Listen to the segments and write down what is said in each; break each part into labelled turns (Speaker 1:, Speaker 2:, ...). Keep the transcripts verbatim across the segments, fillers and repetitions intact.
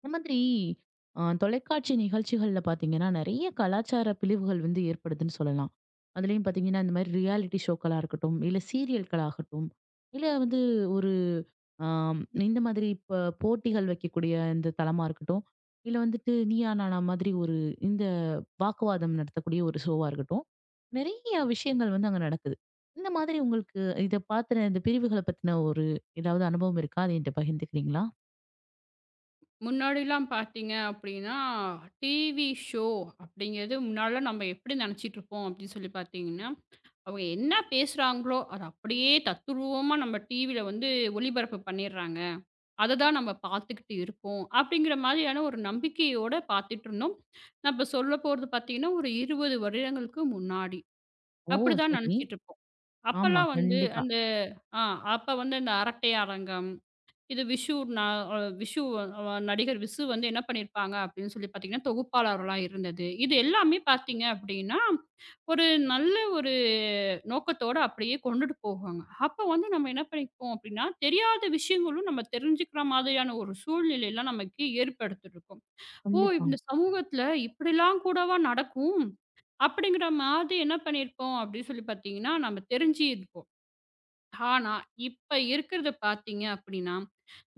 Speaker 1: இந்த மாதிரி அ தொலைக்காட்சி நிகழ்ச்சிகள்ல பார்த்தீங்கன்னா, நெறைய கலாச்சார பிழிவுகள் வந்து ஏற்படுதுன்னு சொல்லலாம். அதுலயும் பார்த்தீங்கன்னா, இந்த மாரி ரியாலிட்டி ஷோக்களா இருக்கட்டும், இல்ல சீரியல்களாகட்டும், இல்ல வந்து ஒரு ஆம் இந்த மாதிரி இப்ப போட்டிகள் வைக்கக்கூடிய இந்த தளமா இருக்கட்டும், இல்ல வந்துட்டு நீயா நானா மாதிரி ஒரு இந்த வாக்குவாதம் நடத்தக்கூடிய ஒரு ஷோவா இருக்கட்டும், நெறைய விஷயங்கள் வந்து அங்க நடக்குது. இந்த மாதிரி உங்களுக்கு இத பாத்துன இந்த பிரிவுகள பத்தின ஒரு ஏதாவது அனுபவம் இருக்கா? அத என்ட்ட பகிர்ந்துக்கிறீங்களா?
Speaker 2: முன்னாடிலாம் பார்த்தீங்க அப்படின்னா, டிவி ஷோ அப்படிங்கிறது முன்னாடிலாம் நம்ம எப்படி நெனச்சிட்டுருப்போம் அப்படின்னு சொல்லி பார்த்தீங்கன்னா, அவங்க என்ன பேசுறாங்களோ, அத அப்படியே தத்துரூவமா நம்ம டிவில வந்து ஒளிபரப்பு பண்ணிடுறாங்க. அத தான் நம்ம பார்த்துக்கிட்டு இருக்கோம். அப்படிங்கிற மாதிரியான ஒரு நம்பிக்கையோட பார்த்துட்டுருந்தோம். நம்ம சொல்ல போறது பார்த்தீங்கன்னா, ஒரு இருபது வருடங்களுக்கு முன்னாடி.
Speaker 1: ஓ!
Speaker 2: அப்படிதான்
Speaker 1: சரி.
Speaker 2: நெனச்சிட்டுருப்போம்.
Speaker 1: ஆமா.
Speaker 2: அப்பலாம் வந்து
Speaker 1: கண்டிப்பா,
Speaker 2: அந்த ஆ அப்ப வந்து அந்த அரட்டை அரங்கம் இது விஷு நான் அ விஷு அ நடிகர் விசு வந்து என்ன பண்ணியிருப்பாங்க அப்படின்னு சொல்லி பார்த்தீங்கன்னா, தொகுப்பாளர்களா இருந்தது. இது எல்லாமே பார்த்தீங்க அப்படின்னா, ஒரு நல்ல ஒரு நோக்கத்தோட அப்படியே கொண்டுட்டு போவாங்க. அப்போ வந்து நம்ம என்ன பண்ணிப்போம் அப்படின்னா, தெரியாத விஷயங்களும் நம்ம தெரிஞ்சுக்கிற மாதிரியான ஒரு சூழ்நிலைலாம் நமக்கு ஏற்படுத்தியிருக்கும். "ஓ!
Speaker 1: கண்டிப்பா.
Speaker 2: இந்த சமூகத்தில இப்படிலாம் கூடவா நடக்கும்?" அப்படிங்கிற மாதிரி என்ன பண்ணியிருப்போம் அப்படின்னு சொல்லி பார்த்தீங்கன்னா, நம்ம தெரிஞ்சிருப்போம். ஆனா, இப்ப இருக்கிறத பார்த்தீங்க அப்படின்னா,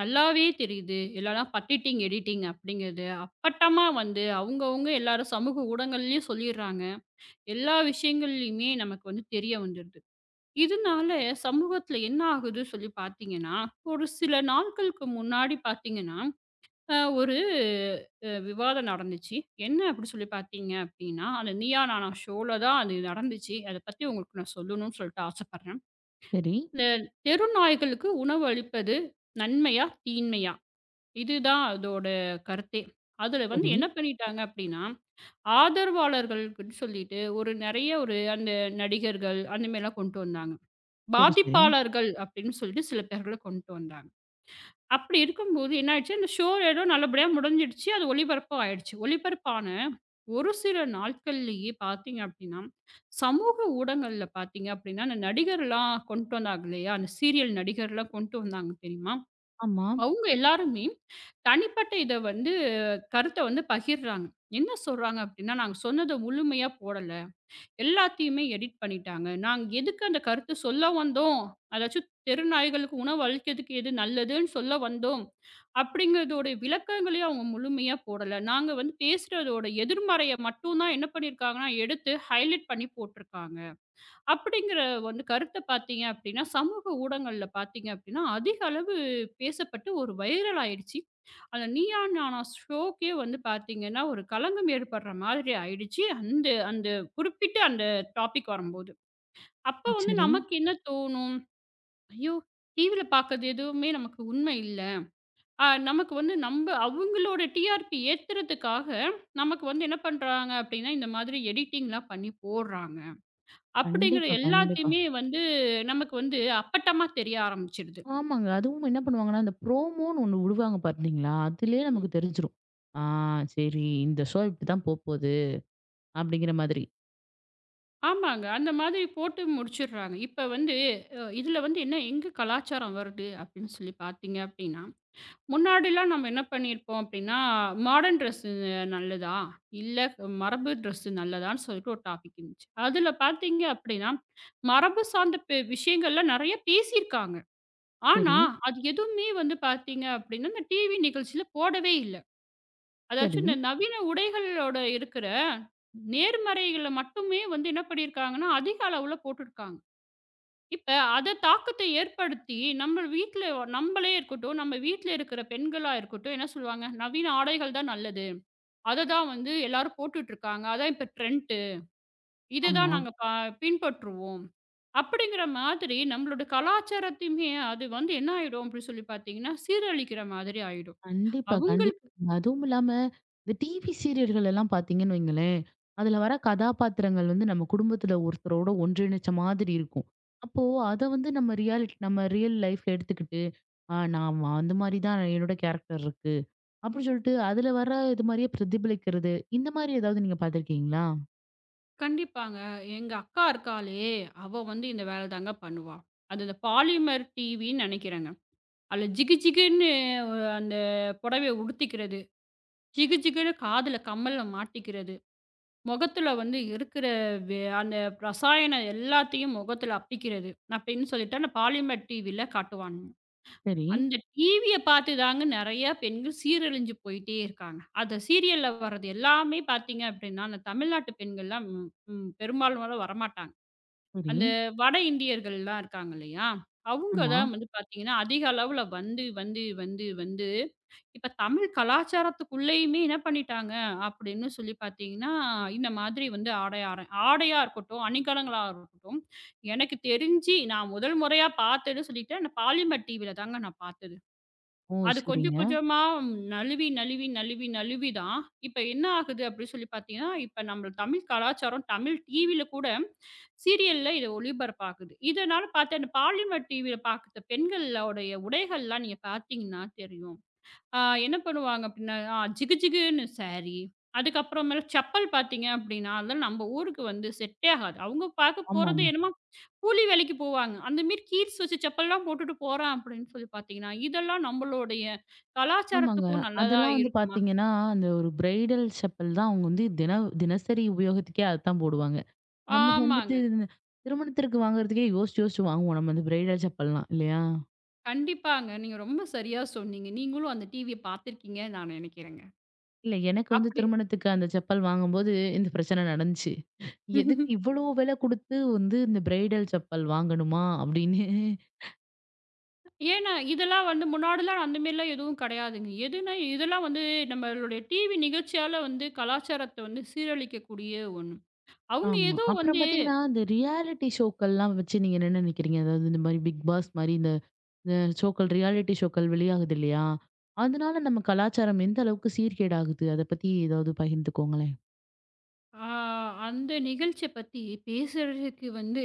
Speaker 2: நல்லாவே தெரியுது. இல்லன்னா பட்டிட்டிங், எடிட்டிங் அப்படிங்கிறது அப்பட்டமா வந்து அவங்கவங்க எல்லாரும் சமூக ஊடகங்கள்லயும் சொல்லிடுறாங்க. எல்லா விஷயங்கள்லயுமே நமக்கு வந்து தெரிய வந்துருது. இதனால சமூகத்தில என்ன ஆகுது சொல்லி பார்த்தீங்கன்னா, ஒரு சில நாட்களுக்கு முன்னாடி பார்த்தீங்கன்னா, அ ஒரு அ விவாதம் நடந்துச்சு. என்ன அப்படி சொல்லி பார்த்தீங்க அப்படின்னா, அந்த "நீயா நானா" ஷோல தான் அது நடந்துச்சு. அத பத்தி உங்களுக்கு நான் சொல்லணும்னு சொல்லிட்டு ஆசைப்படுறேன்.
Speaker 1: சரி,
Speaker 2: இந்த தெரு நாய்களுக்கு உணவு அளிப்பது நன்மையா? தீமையா? இதுதான் அதோட கருத்தே. அதுல வந்து
Speaker 1: சரி,
Speaker 2: என்ன பண்ணிட்டாங்க அப்டின்னா, ஆதரவாளர்களுக்குன்னு சொல்லிட்டு ஒரு நெறைய ஒரு அந்த நடிகர்கள் அந்த மாரிலாம் கொண்டு வந்தாங்க.
Speaker 1: சரி, சரி.
Speaker 2: பாதிப்பாளர்கள் அப்டின்னு சொல்லிட்டு சில பேர்கள கொண்டு வந்தாங்க. அப்டி இருக்கும்போது என்ன ஆயிடுச்சு, அந்த ஷோ ஏதோ நல்லபடியா முடிஞ்சிடுச்சு. அது ஒளிபரப்பும் ஆயிடுச்சு. ஒளிபரப்பான ஒரு சில நாட்கள்லேயே பார்த்தீங்க அப்டின்னா, சமூக ஊடகங்கள்ல பார்த்தீங்க அப்டின்னா, அந்த நடிகர்லாம் கொண்டு வந்தாங்க இல்லையா? அந்த சீரியல் நடிகர்லாம் கொண்டு வந்தாங்க தெரியுமா?
Speaker 1: ஆமா.
Speaker 2: அவங்க எல்லாருமே தனிப்பட்ட இத வந்து கருத்த வந்து பகிர்றாங்க. என்ன சொல்றாங்க அப்டின்னா, நாங்க சொன்னத முழுமையா போடல. எல்லாத்தையுமே எடிட் பண்ணிட்டாங்க. நாங்க எதுக்கு அந்த கருத்து சொல்ல வந்தோம், அதாச்சும் தெரு நாய்களுக்கு உணவு அளிக்கிறதுக்கு எது நல்லதுன்னு சொல்ல வந்தோம், அப்படிங்கிறதோட விளக்கங்களையும் அவங்க முழுமையா போடல. நாங்க வந்து பேசுறதோட எதிர்மறைய மட்டும் தான் என்ன பண்ணியிருக்காங்கன்னா, எடுத்து ஹைலைட் பண்ணி போட்டிருக்காங்க. அப்படிங்கிற வந்து கருத்த பார்த்தீங்க அப்படின்னா, சமூக ஊடகங்கள்ல பார்த்தீங்க அப்படின்னா, அதிக அளவு பேசப்பட்டு ஒரு வைரல் ஆயிடுச்சு. அந்த நீயா நானா ஷோக்கே வந்து பார்த்தீங்கன்னா, ஒரு களங்கம் ஏற்படுற மாதிரி ஆயிடுச்சு. அந்த அந்த குறிப்பிட்ட அந்த டாபிக் வரும்போது. அப்ப வந்து
Speaker 1: சரி.
Speaker 2: நமக்கு என்ன தோணும்? ஐயோ! டிவில பார்க்கறது எதுவுமே நமக்கு உண்மை இல்ல. அ நமக்கு வந்து நம்ப அவங்களோட டி ஆர் பி ஏத்துறதுக்காக, நமக்கு வந்து என்ன பண்றாங்க அப்படின்னா, இந்த மாதிரி எடிட்டிங்லாம் பண்ணி போடுறாங்க. அப்படிங்கிற
Speaker 1: கண்டிப்பா, கண்டிப்பா.
Speaker 2: எல்லாத்தையுமே வந்து நமக்கு வந்து அப்பட்டமா தெரிய ஆரம்பிச்சிடுது.
Speaker 1: ஆமாங்க. அதுவும் என்ன பண்ணுவாங்கன்னா, அந்த ப்ரோமோன்னு ஒண்ணு விடுவாங்க பார்த்தீங்களா? அதிலேயே
Speaker 2: ம்.
Speaker 1: நமக்கு தெரிஞ்சிரும். ஆ சரி, இந்த ஷோ இப்படித்தான் போப்போது அப்படிங்கிற மாதிரி.
Speaker 2: ஆமாங்க. அந்த மாதிரி போட்டு முடிச்சுடுறாங்க. இப்ப வந்து அ இதுல வந்து என்ன எங்க கலாச்சாரம் வருது அப்படின்னு சொல்லி பார்த்தீங்க அப்படின்னா, முன்னாடிலாம் நம்ம என்ன பண்ணியிருப்போம் அப்படின்னா, மாடர்ன் ட்ரெஸ்ஸு நல்லதா? இல்ல மரபு ட்ரெஸ்ஸு நல்லதான்னு சொல்லிட்டு ஒரு டாபிக் இருந்துச்சு. அதுல பார்த்தீங்க அப்படின்னா, மரபு சார்ந்த பெ விஷயங்கள்லாம் நெறைய பேசியிருக்காங்க. ஆனா,
Speaker 1: சரி,
Speaker 2: அது எதுவுமே வந்து பார்த்தீங்க அப்படின்னா, இந்த டிவி நிகழ்ச்சியில போடவே இல்ல. அதாச்சும்
Speaker 1: சரி.
Speaker 2: இந்த நவீன உடைகளோட இருக்கிற நேர்மறைகள மட்டுமே வந்து என்ன பண்ணியிருக்காங்கன்னா, அதிக அளவுல போட்டுருக்காங்க. இப்ப அத தாக்கத்த ஏற்படுத்தி நம்ம வீட்ல நம்மளே இருக்கட்டும், நம்ம வீட்ல இருக்கிற பெண்களா இருக்கட்டும் என்ன சொல்லுவாங்க, "நவீன ஆடைகள் தான் நல்லது. அத தான் வந்து எல்லாரும் போட்டுட்டு இருக்காங்க. அதான் இப்ப ட்ரெண்ட்டு. இத
Speaker 1: ஆமா.
Speaker 2: தான் நாங்க ப பின்பற்றுவோம்." அப்படிங்கிற மாதிரி நம்மளோட கலாச்சாரத்தையுமே அது வந்து என்ன ஆயிடும் அப்படின்னு சொல்லி பார்த்தீங்கன்னா, சீரழிக்கிற மாதிரி ஆயிடும்.
Speaker 1: கண்டிப்பா,
Speaker 2: அவங்கள
Speaker 1: கண்டிப்பா. அதுவும் இல்லாம இந்த டிவி சீரியல்கள் எல்லாம் பார்த்தீங்கன்னு வைங்களேன், அதுல வர கதாபாத்திரங்கள் வந்து நம்ம குடும்பத்துல ஒருத்தரோட ஒன்றிணைச்ச மாதிரி இருக்கும். அப்போ அத வந்து நம்ம ரியாலிட்டி நம்ம ரியல் லைஃப்ல எடுத்துக்கிட்டு ஆ நான் வ- அந்த மாரி தான் என்னோட கேரக்டர் இருக்கு. அப்படின்னு சொல்லிட்டு அதுல வர இது மாரியே பிரதிபலிக்கிறது. இந்த மாரி ஏதாவது நீங்க பார்த்துருக்கீங்களா?
Speaker 2: கண்டிப்பாங்க. எங்க அக்கா இருக்காளே! அவ வந்து இந்த வேல தாங்க பண்ணுவா. அது இந்த பாலிமர் டிவின்னு நெனைக்கிறேங்க. அதுல ஜிகு ஜிகுன்னு அ அந்த புடவைய உடுத்திக்கிறது, ஜிகு ஜிகுன்னு காதுல கம்மல மாட்டிக்கிறது, முகத்துல வந்து இருக்கிற வே அந்த ரசாயனம் எல்லாத்தையும் முகத்துல அப்பிடிக்கிறது, அப்பிடின்னு சொல்லிட்டு அந்த பாலிமர் டிவில காட்டுவானுங்க.
Speaker 1: சரி,
Speaker 2: அந்த டிவிய பார்த்து தாங்க நெறைய பெண்கள் சீரழிஞ்சு போயிட்டே இருக்காங்க. அந்த சீரியல்ல வர்றது எல்லாமே பார்த்தீங்க அப்பிடின்னா, அந்த தமிழ்நாட்டு பெண்கள்லாம் ம், ம் பெரும்பாலும் வரமாட்டாங்க.
Speaker 1: சரி.
Speaker 2: அந்த வட இந்தியர்கள்லாம் இருக்காங்க இல்லையா? அவங்க
Speaker 1: ஆமா.
Speaker 2: தான் வந்து பார்த்தீங்கன்னா, அதிக அளவுல வந்து, வந்து, வந்து, வந்து இப்ப தமிழ் கலாச்சாரத்துக்குள்ளேயுமே என்ன பண்ணிட்டாங்க அப்படின்னு சொல்லி பார்த்தீங்கன்னா, இந்த மாதிரி வந்து ஆடையாரம் ஆடையா இருக்கட்டும், அணிகலங்களா இருக்கட்டும், எனக்கு தெரிஞ்சு நான் முதல் முறையா பார்த்ததுன்னு சொல்லிட்டேன், நான் பாலிமர் டிவில தாங்க நான் பார்த்தது.
Speaker 1: ஓ!
Speaker 2: அது கொஞ்சம்
Speaker 1: சரிங்க.
Speaker 2: கொஞ்சமா நழுவி, நழுவி, நழுவி, நழுவி தான் இப்ப என்ன ஆகுது அப்படின்னு சொல்லி பார்த்தீங்கன்னா, இப்ப நம்ம தமிழ் கலாச்சாரம் தமிழ் டிவில கூட சீரியல்ல இத ஒளிபரப்பாகுது. இதனால பார்த்து அந்த பாலிமர் டிவியில பார்த்த பெண்களோடைய உடைகள்லாம் நீங்க பார்த்தீங்கன்னா தெரியும். ஆ என்ன பண்ணுவாங்க அப்டின்னா, ஆ ஜிகு ஜிகுன்னு சாரி. அதுக்கப்புறமேல செப்பல் பார்த்தீங்க அப்டின்னா, அதெல்லாம் நம்ம ஊருக்கு வந்து செட்டே ஆகாது. அவங்க பார்க்க போறது
Speaker 1: ஆமாமா.
Speaker 2: என்னமோ கூலி வேலைக்கு போவாங்க. அந்த மாரி ஹீல்ஸ் வச்சு செப்பல்லாம் போட்டுட்டு போறான் அப்படின்னு சொல்லி பார்த்தீங்கன்னா, இதெல்லாம் நம்மளுடைய
Speaker 1: ஆமாங்க.
Speaker 2: கலாச்சாரத்துக்கும் நல்லதா
Speaker 1: அதெல்லாம் வந்து
Speaker 2: இருக்குமா?
Speaker 1: பார்த்தீங்கன்னா, அந்த ஒரு பிரைடல் செப்பல் தான் அவங்க வந்து தின தினசரி உபயோகத்துக்கே அதான் போடுவாங்க. நம்ம
Speaker 2: ஆமாங்க.
Speaker 1: வந்துட்டு இந்த திருமணத்திற்கு வாங்குறதுக்கே யோசிச்சு யோசிச்சு வாங்குவோம். நம்ம அந்த பிரைடல் செப்பல்லாம் இல்லையா?
Speaker 2: கண்டிப்பாங்க. நீங்க ரொம்ப சரியா சொன்னீங்க. நீங்களும் அந்த டிவிய பார்த்துருக்கீங்கன்னு நான் நெனைக்கிறேங்க.
Speaker 1: இல்ல எனக்கு வந்து
Speaker 2: அப்படி
Speaker 1: திருமணத்துக்கு அந்த செப்பல் வாங்கும்போது இந்த பிரச்சனை நடந்துச்சு. எதுக்கு இவ்வளோ விலை குடுத்து வந்து இந்த பிரைடல் செப்பல் வாங்கணுமா? அப்படின்னு.
Speaker 2: ஏன்னா, இதெல்லாம் வந்து முன்னாடிலாம் அந்த மாரிலாம் எதுவும் கிடையாதுங்க. எதுனா இதெல்லாம் வந்து நம்மளுடைய டிவி நிகழ்ச்சியால வந்து கலாச்சாரத்த வந்து சீரழிக்கக்கூடிய ஒண்ணு. அவங்க
Speaker 1: ஆமா.
Speaker 2: ஏதோ
Speaker 1: அப்புறம்
Speaker 2: வந்து
Speaker 1: பார்த்தீங்கன்னா, இந்த ரியாலிட்டி ஷோக்கள்லாம் வச்சு நீங்க என்ன நினைக்கிறீங்க? அதாவது இந்த மாரி பிக் பாஸ் மாரி இந்த இந்த ஷோக்கள் ரியாலிட்டி ஷோக்கள் வெளியாகுது இல்லையா? அதனால நம்ம கலாச்சாரம் எந்த அளவுக்கு சீர்கேடாகுது? அத பத்தி ஏதாவது பகிர்ந்துக்கோங்களேன்.
Speaker 2: அ அந்த நிகழ்ச்சிய பத்தி பேசுறதுக்கு வந்து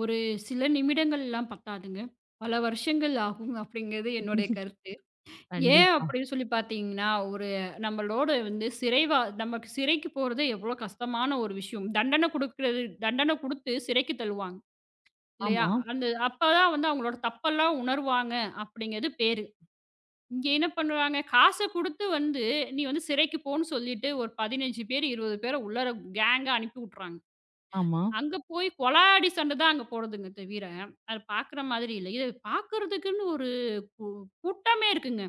Speaker 2: ஒரு சில நிமிடங்கள்லாம் பத்தாதுங்க. பல வருஷங்கள் ஆகும் அப்படிங்கிறது என்னுடைய கருத்து. ஏன்
Speaker 1: கண்டிப்பா.
Speaker 2: அப்படின்னு சொல்லி பார்த்தீங்கன்னா, ஒரு நம்மளோட வந்து சிறைவா நமக்கு சிறைக்கு போறது எவ்வளோ கஷ்டமான ஒரு விஷயம். தண்டனை குடுக்குறது தண்டனை குடுத்து சிறைக்கு தள்ளுவாங்க. இல்லையா?
Speaker 1: ஆமா,
Speaker 2: அந்த அப்பதான் வந்து அவங்களோட தப்பெல்லாம் உணர்வாங்க அப்படிங்கிறது பேரு. இங்க என்ன பண்ணுறாங்க, காச குடுத்து வந்து, "நீ வந்து சிறைக்கு போன்னு" சொல்லிட்டு ஒரு பதினைந்து பேர், இருபது பேர உள்ளார கேங்கா அனுப்பி விட்டுறாங்க.
Speaker 1: ஆமா.
Speaker 2: அங்க போய் கொலாஅடி சண்ட தான் அங்க போடுதுங்க தவிர, அத பார்க்குற மாதிரி இல்ல. இது பார்க்கறதுக்குன்னு ஒரு கூ கூட்டமே இருக்குங்க.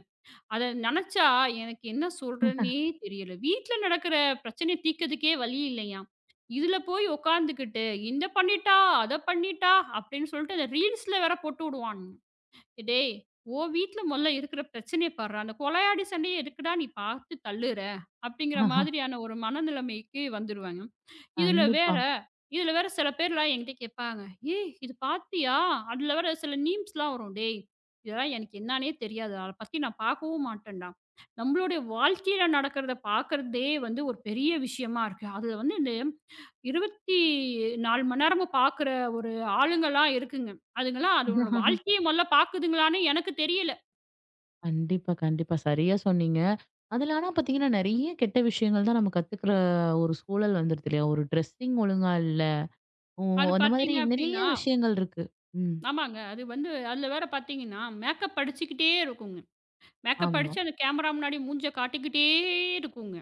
Speaker 2: அத நெனச்சா எனக்கு என்ன சொல்றதுன்னே தெரியல. வீட்ல நடக்கிற பிரச்சனைய தீர்க்கதுக்கே வழி இல்லையாம். இதுல போய் உட்காந்துக்கிட்டு, "இத பண்ணிட்டா, அத பண்ணிட்டா" அப்படின்னு சொல்லிட்டு அந்த ரீல்ஸ்ல வேற போட்டு விடுவானுங்க. "டேய் உன் வீட்ல மொதல்ல இருக்கிற பிரச்சனைய பார்றா! அந்த கொலையாளி சண்டைய எதுக்குடா நீ பார்த்து தள்ளுற?" அப்படிங்கிற
Speaker 1: ஆஹா,
Speaker 2: மாதிரியான ஒரு மனநிலைமைக்கு வந்துருவாங்க. இதுல
Speaker 1: கண்டிப்பா.
Speaker 2: வேற இதுல வேற சில பேர்லாம் என்கிட்ட கேட்பாங்க, "ஏய் இது பார்த்தியா?" அதுல வேற சில நீம்ஸ்லாம் வரும். "டேய் இதெல்லாம் எனக்கு என்னான்னே தெரியாது. அத பத்தி நான் பார்க்கவும் மாட்டேன்டா. நம்மளுடைய வாழ்க்கையில நடக்கிறத பார்க்கிறதே வந்து ஒரு பெரிய விஷயமா இருக்கு. அதுல வந்து இந்த இருபத்தி நான்கு மணி நேரமும் பார்க்குற ஒரு ஆளுங்கலாம் இருக்குங்க. அதுங்கலாம் அதோட வாழ்க்கைய மொதல்ல பார்க்குதுங்களான்னு எனக்கு தெரியல.
Speaker 1: கண்டிப்பா, கண்டிப்பா. சரியா சொன்னீங்க. அதுல ஆனா பார்த்தீங்கன்னா, நெறைய கெட்ட விஷயங்கள் தான் நம்ம கத்துக்கிற ஒரு சூழல் வந்துருது இல்லையா? ஒரு ட்ரெஸ்ஸிங் ஒழுங்கா இல்ல. ஓ!
Speaker 2: அது
Speaker 1: அந்த மாதிரி
Speaker 2: பார்த்தீங்க
Speaker 1: நெறைய
Speaker 2: அப்டின்னா
Speaker 1: விஷயங்கள் இருக்கு. ம்.
Speaker 2: ஆமாங்க. அது வந்து அதில வேற பார்த்தீங்கன்னா, மேக்கப் அடிச்சுக்கிட்டே இருக்குங்க. மேக்கப்
Speaker 1: ஆமா,
Speaker 2: அடிச்சு அந்த கேமரா முன்னாடி மூஞ்ச காட்டிக்கிட்டே இருக்குங்க.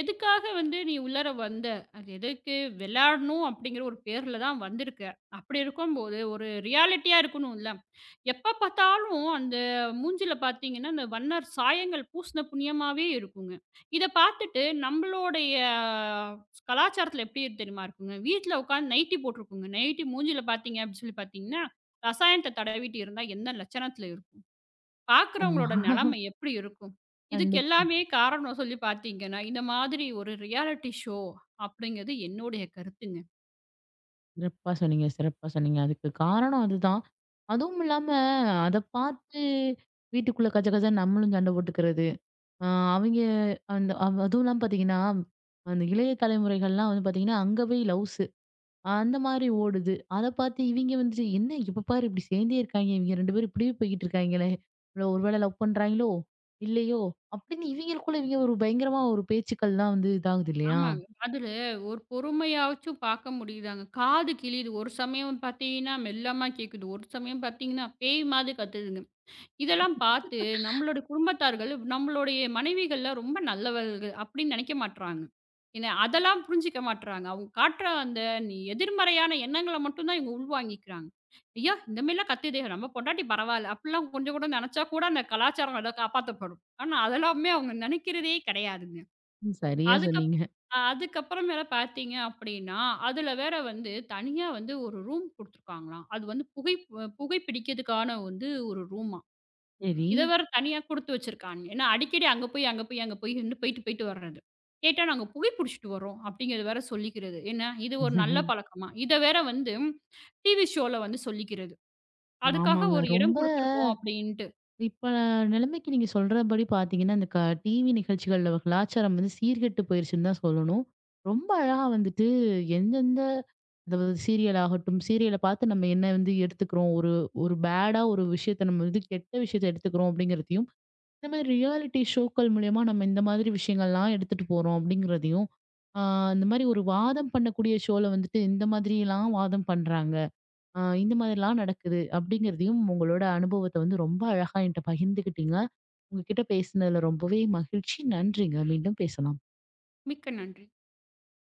Speaker 2: எதுக்காக வந்து நீ உள்ளார வந்த? அது எதுக்கு? விளையாடணும் அப்படிங்கிற ஒரு பேர்ல தான் வந்திருக்க. அப்படி இருக்கும்போது ஒரு ரியாலிட்டியா இருக்கணும்ல. எப்ப பார்த்தாலும் அந்த மூஞ்சில பார்த்தீங்கன்னா, அந்த வண்ணர் சாயங்கள் பூசின புண்ணியமாவே இருக்குங்க. இத பார்த்துட்டு நம்மளுடைய கலாச்சாரத்தில எப்படி இருக்கு தெரியுமா இருக்குங்க, வீட்ல உட்காந்து நைட்டி போட்டிருக்குங்க. நைட்டி மூஞ்சில பார்த்தீங்க அப்படின்னு சொல்லி பார்த்தீங்கன்னா, ரசாயனத்த தடவிட்டு இருந்தா என்ன லட்சணத்தில இருக்கும்?
Speaker 1: ஆமா.
Speaker 2: பார்க்குறவங்களோட நிலைமை எப்படி இருக்கும்? இதுக்கு
Speaker 1: கண்டிப்பா.
Speaker 2: எல்லாமே காரணம் சொல்லி பார்த்தீங்கன்னா, இந்த மாதிரி ஒரு ரியாலிட்டி ஷோ அப்படிங்கிறது என்னுடைய கருத்துங்க.
Speaker 1: சிறப்பா சொன்னீங்க, சிறப்பா சொன்னீங்க. அதுக்கு காரணம் அதுதான். அதுவும் இல்லாம அத பார்த்து வீட்டுக்குள்ள கஜ கஜன்னு நம்மளும் சண்டை போட்டுக்கிறது. அ அவைங்க அந்த அவ- அதுவும் இல்லாம பார்த்தீங்கன்னா, அந்த இளைய தலைமுறைகள்லாம் வந்து பார்த்தீங்கன்னா, அங்க போய் லவ்ஸ் அந்த மாரி ஓடுது. அத பார்த்து இவிங்க வந்துட்டு, "என்ன இப்ப பாரு இப்படி சேர்ந்தே இருக்காங்க. இவிங்க ரெண்டு பேரும் இப்படியே போய்க்கிட்டு இருக்காங்களே! இவள ஒருவேளை லவ் பண்றாய்ங்களோ! இல்லையோ!" அப்படின்னு இவிங்களுக்குள்ள இவிங்க ஒரு பயங்கரமா ஒரு பேச்சுக்கள்லாம் வந்து இதாகுது இல்லையா?
Speaker 2: ஆமாங்க. அதில ஒரு பொறுமையாச்சும் பார்க்க முடியுதாங்க. காது கிழியுது. ஒரு சமயம் பார்த்தீங்கன்னா, மெல்லமா கேட்குது. ஒரு சமயம் பார்த்தீங்கன்னா, பேய் மாதிரி கத்துதுங்க. இதெல்லாம் பார்த்து நம்மளோட குடும்பத்தார்கள், நம்மளுடைய மனைவிகள்லாம் ரொம்ப நல்லவள்க அப்படின்னு நினைக்க மாட்றாங்க. ஏன்னா, அதெல்லாம் புரிஞ்சுக்க மாட்றாங்க. அவங்க காட்டுற அந்த நி எதிர்மறையான எண்ணங்கள மட்டும் தான் இவங்க உள்வாங்கிக்கிறாங்க. "ஐயா! இந்த மாரிலாம் கத்துதே! நம்ம பொண்டாட்டி பரவால்ல." அப்படிலாம் கொஞ்சம் கூட நினைச்சா கூட அந்த கலாச்சாரம் ஏதோ காப்பாத்தப்படும். ஆனா, அதெல்லாமே அவங்க நினைக்கிறதே கிடையாதுங்க.
Speaker 1: ம். சரியா
Speaker 2: அதுக்கப்
Speaker 1: சொன்னீங்க.
Speaker 2: அதுக்கப்புறம் மேல பார்த்தீங்க அப்படின்னா, அதுல வேற வந்து தனியா வந்து ஒரு ரூம் குடுத்துருக்காங்களாம். அது வந்து புகை புகை பிடிக்கிறதுக்கான வந்து ஒரு ரூமாம்.
Speaker 1: சரி.
Speaker 2: இத வேற தனியா குடுத்து வச்சிருக்காங்க. ஏன்னா அடிக்கடி அங்க போய், அங்க போய், அங்க போய்ன்னு போயிட்டு, போயிட்டு வர்றது. கேட்டா நாங்க புகை புடிச்சிட்டு வர்றோம் அப்படிங்கிறது வேற சொல்லிக்கிறது. ஏன்னா இது ஒரு நல்ல பழக்கமா? இத வேற வந்து டிவி ஷோல வந்து சொல்லிக்கிறது. அதுக்காக
Speaker 1: ஆமாங்க.
Speaker 2: ஒரு இடம்
Speaker 1: ரொம்ப
Speaker 2: குடுத்துருக்கோம் அப்படின்ட்டு.
Speaker 1: இப்ப நிலைமைக்கு நீங்க சொல்றபடி பாத்தீங்கன்னா, இந்த க டிவி நிகழ்ச்சிகள்ல கலாச்சாரம் வந்து சீர்கெட்டு போயிருச்சுன்னு தான் சொல்லணும். ரொம்ப அழகா வந்துட்டு எந்தெந்த அதாவது சீரியல் ஆகட்டும், சீரியல பார்த்து நம்ம என்ன வந்து எடுத்துக்கிறோம். ஒரு ஒரு பேடா ஒரு விஷயத்த நம்ம வந்து கெட்ட விஷயத்த எடுத்துக்கிறோம் அப்படிங்கிறதையும், இந்த மாதிரி ரியாலிட்டி ஷோக்கள் மூலியமா நம்ம இந்த மாதிரி விஷயங்கள்லாம் எடுத்துட்டு போறோம் அப்படிங்கிறதையும், ஆ இந்த மாதிரி ஒரு வாதம் பண்ணக்கூடிய ஷோல வந்துட்டு இந்த மாதிரிலாம் வாதம் பண்றாங்க. ஆ இந்த மாதிரிலாம் நடக்குது அப்படிங்கிறதையும் உங்களோட அனுபவத்த வந்து ரொம்ப அழகா என்கிட்ட பகிர்ந்துக்கிட்டீங்க. உங்ககிட்ட பேசினதுல ரொம்பவே மகிழ்ச்சி. நன்றிங்க. மீண்டும் பேசலாம்.
Speaker 2: மிக்க நன்றி.